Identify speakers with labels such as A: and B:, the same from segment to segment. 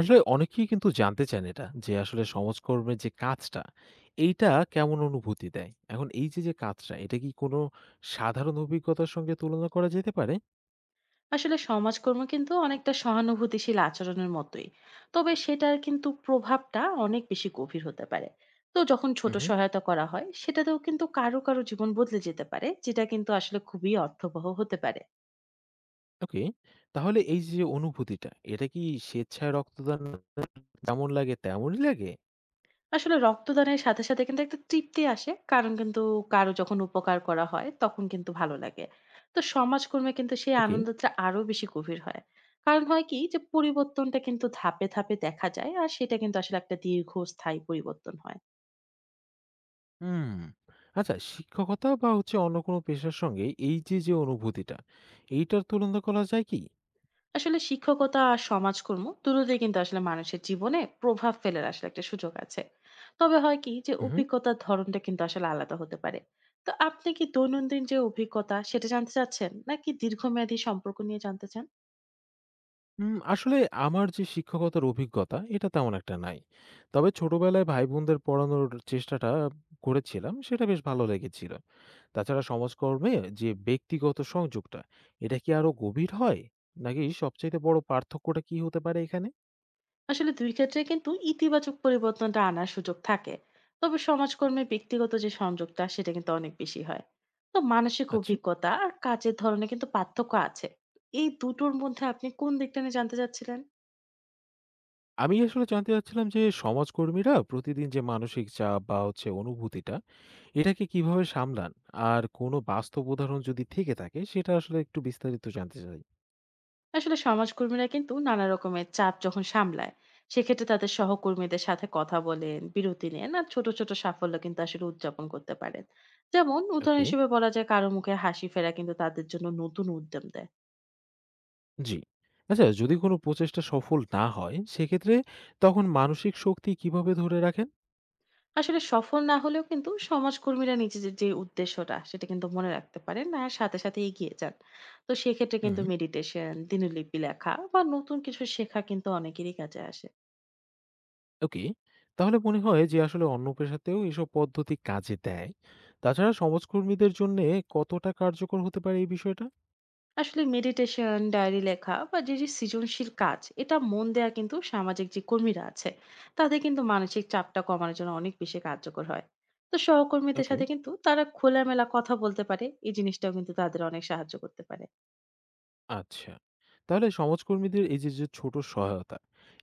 A: আসলে অনেকেই কিন্তু জানতে চান এটা যে আসলে সমাজকর্মের যে কাজটা এইটা কেমন অনুভূতি দেয়? এখন এই যে, যে কাজটা এটা কি কোনো সাধারণ অভিজ্ঞতার সঙ্গে তুলনা করা যেতে পারে?
B: আসলে সমাজকর্ম কিন্তু অনেকটা সহানুভূতিশীল আচরণের মতোই। তবে সেটার কিন্তু প্রভাবটা অনেক বেশি গভীর হতে পারে। তো যখন ছোট
A: উহু।
B: সহায়তা করা হয় সেটাতেও কিন্তু কারো কারো জীবন বদলে যেতে পারে, যেটা কিন্তু আসলে খুবই অর্থবহ হতে পারে।
A: ওকে। তাহলে এই যে অনুভূতিটা এটা কি স্বেচ্ছায় রক্তদান যেমন লাগে তেমনই লাগে?
B: আসলে রক্তদানের সাথে সাথে কিন্তু একটা তৃপ্তি আসে, কারণ কিন্তু কারো যখন উপকার করা হয় তখন কিন্তু ভালো লাগে। তো সমাজকর্মে কিন্তু সেই
A: ওকে।
B: আনন্দটা আরো বেশি গভীর হয়, কারণ হয় কি যে পরিবর্তনটা কিন্তু ধাপে ধাপে দেখা যায় আর সেটা কিন্তু আসলে একটা দীর্ঘস্থায়ী পরিবর্তন হয়।
A: হুম। আচ্ছা শিক্ষকতা বা হচ্ছে অন্য কোনো পেশার সঙ্গে এই যে, যে অনুভূতিটা এইটার তুলনা করা যায় কি?
B: আসলে শিক্ষকতা আর সমাজকর্ম দুটোতেই কিন্তু আসলে মানুষের জীবনে প্রভাব ফেলার আসলে একটা সুযোগ আছে। তবে হয় কি যে অভিজ্ঞতার ধরনটা কিন্তু আসলে আলাদা হতে পারে। তো আপনি কি দৈনন্দিন যে অভিজ্ঞতা সেটা জানতে চাচ্ছেন, নাকি দীর্ঘমেয়াদী সম্পর্ক নিয়ে জানতে চান?
A: আসলে আমার যে শিক্ষকতার অভিজ্ঞতা, এটা তেমন একটা নাই। তবে ছোটবেলায় ভাই-বোনদের পড়ানোর চেষ্টাটা করেছিলাম, সেটা বেশ ভালো লেগেছিল। তাছাড়া সমাজকর্মে যে ব্যক্তিগত সংযোগটা, এটা কি আরো গভীর হয়? নাকি সবচাইতে বড় পার্থক্যটা কি হতে পারে এখানে?
B: আসলে দুই ক্ষেত্রে কিন্তু ইতিবাচক পরিবর্তনটা আনার সুযোগ থাকে। তবে সমাজকর্মে ব্যক্তিগত যে সংযোগটা সেটা কিন্তু অনেক বেশি হয়। তো মানসিক
A: আচ্ছা।
B: অভিজ্ঞতা আর কাজের ধরনে কিন্তু পার্থক্য আছে। এই দুটোর মধ্যে আপনি কোন দিকটা নিয়ে জানতে চাচ্ছিলেন?
A: আমি আসলে জানতে চাচ্ছিলাম যে সমাজকর্মীরা প্রতিদিন যে মানসিক চাপ বা হচ্ছে অনুভূতিটা, এটাকে কিভাবে সামলান? আর কোনো বাস্তব উদাহরণ যদি থেকে থাকে, সেটা আসলে একটু বিস্তারিত জানতে চাই।
B: আসলে সমাজকর্মীরা কিন্তু নানা রকমের চাপ যখন সামলায়, সেক্ষেত্রে তাদের সহকর্মীদের সাথে কথা বলেন, বিরতি নেন আর ছোট ছোট সাফল্য কিন্তু আসলে উদযাপন করতে পারেন। যেমন উদাহরণ
A: ওকে।
B: হিসেবে বলা যায়, কারো মুখে হাসি ফেরা কিন্তু তাদের জন্য নতুন উদ্যম দেয়।
A: জি। আচ্ছা যদি কোনো প্রচেষ্টা সফল না হয় সেক্ষেত্রে তখন মানসিক শক্তি কিভাবে ধরে রাখেন?
B: আসলে সফল না হলেও কিন্তু সমাজকর্মীরা নিজেদের যে উদ্দেশ্যটা সেটা কিন্তু মনে রাখতে পারেন আর সাথে সাথে এগিয়ে যান। তো সেক্ষেত্রে কিন্তু
A: হুম।
B: মেডিটেশন, দিনলিপি লেখা বা নতুন কিছু শেখা কিন্তু অনেকেরই কাছে আসে।
A: ওকে। তাহলে মনে হয় যে আসলে অন্য পেশাতেও এসব পদ্ধতি কাজে দেয়। তাছাড়া সমাজকর্মীদের জন্যে কতটা কার্যকর হতে পারে এই বিষয়টা?
B: আসলে মেডিটেশন, ডায়েরি লেখা বা যে যে সৃজনশীল কাজ এটা মন দেয়া কিন্তু সামাজিক যে কর্মীরা আছে তাদের কিন্তু মানসিক চাপটা কমানোর জন্য অনেক বেশি কার্যকর হয়। তো সহকর্মীদের
A: ওকে,
B: সাথে কিন্তু তারা খোলামেলা কথা বলতে পারে, এই জিনিসটাও কিন্তু তাদের অনেক সাহায্য করতে পারে।
A: আচ্ছা। তাহলে সমাজকর্মীদের এই যে, যে ছোট সহায়তা,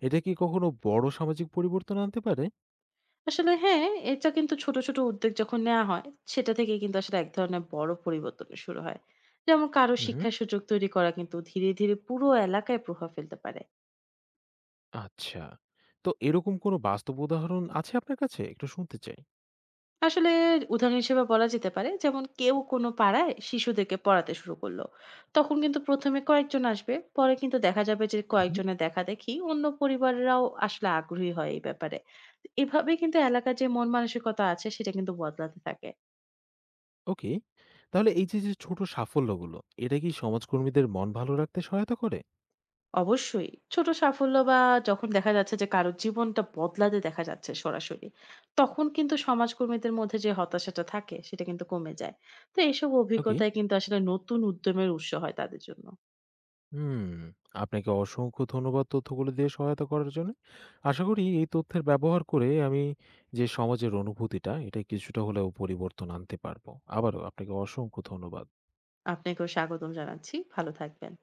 A: এটা কি কখনো বড় সামাজিক পরিবর্তন আনতে পারে?
B: আসলে হ্যাঁ, এটা কিন্তু ছোট ছোট উদ্যোগ যখন নেওয়া হয় সেটা থেকে কিন্তু আসলে এক ধরনের বড় পরিবর্তন শুরু হয়। যেমন কারো
A: হু, হুম।
B: শিক্ষার সুযোগ তৈরি করা কিন্তু ধীরে ধীরে পুরো এলাকায় প্রভাব ফেলতে পারে।
A: আচ্ছা। তো এরকম কোনো বাস্তব উদাহরণ আছে আপনার কাছে? একটু শুনতে চাই।
B: আসলে উদাহরণ হিসেবে বলা যেতে পারে, যেমন কেউ কোনো পাড়ায় শিশুদেরকে পড়াতে শুরু করলো, তখন কিন্তু প্রথমে কয়েকজন আসবে, পরে কিন্তু দেখা যাবে যে কয়েকজনের দেখা দেখি অন্য পরিবারেরাও আসলে আগ্রহী হয় এই ব্যাপারে। তো এভাবে কিন্তু এলাকার যে মন মানসিকতা আছে সেটা কিন্তু বদলাতে থাকে।
A: ওকে। তাহলে এই যে, যে ছোট সাফল্যগুলো, এটা কি সমাজকর্মীদের মন ভালো রাখতে সহায়তা করে?
B: অবশ্যই ছোট সাফল্য বা যখন দেখা যাচ্ছে যে কারোর জীবনটা বদলাতে দেখা যাচ্ছে সরাসরি, তখন কিন্তু সমাজকর্মীদের মধ্যে যে হতাশাটা থাকে সেটা কিন্তু কমে যায়। তো এইসব
A: ওকে।
B: অভিজ্ঞতায় কিন্তু আসলে নতুন উদ্যমের উৎস হয় তাদের জন্য।
A: হুম। আপনাকে অসংখ্য ধন্যবাদ তথ্যগুলো দিয়ে সহায়তা করার জন্য। আশা করি এই তথ্যের ব্যবহার করে আমি যে সমাজের অনুভূতিটা, এটা কিছুটা হলেও পরিবর্তন আনতে পারবো। আবারও আপনাকে অসংখ্য ধন্যবাদ।
B: আপনাকেও স্বাগতম জানাচ্ছি। ভালো থাকবেন।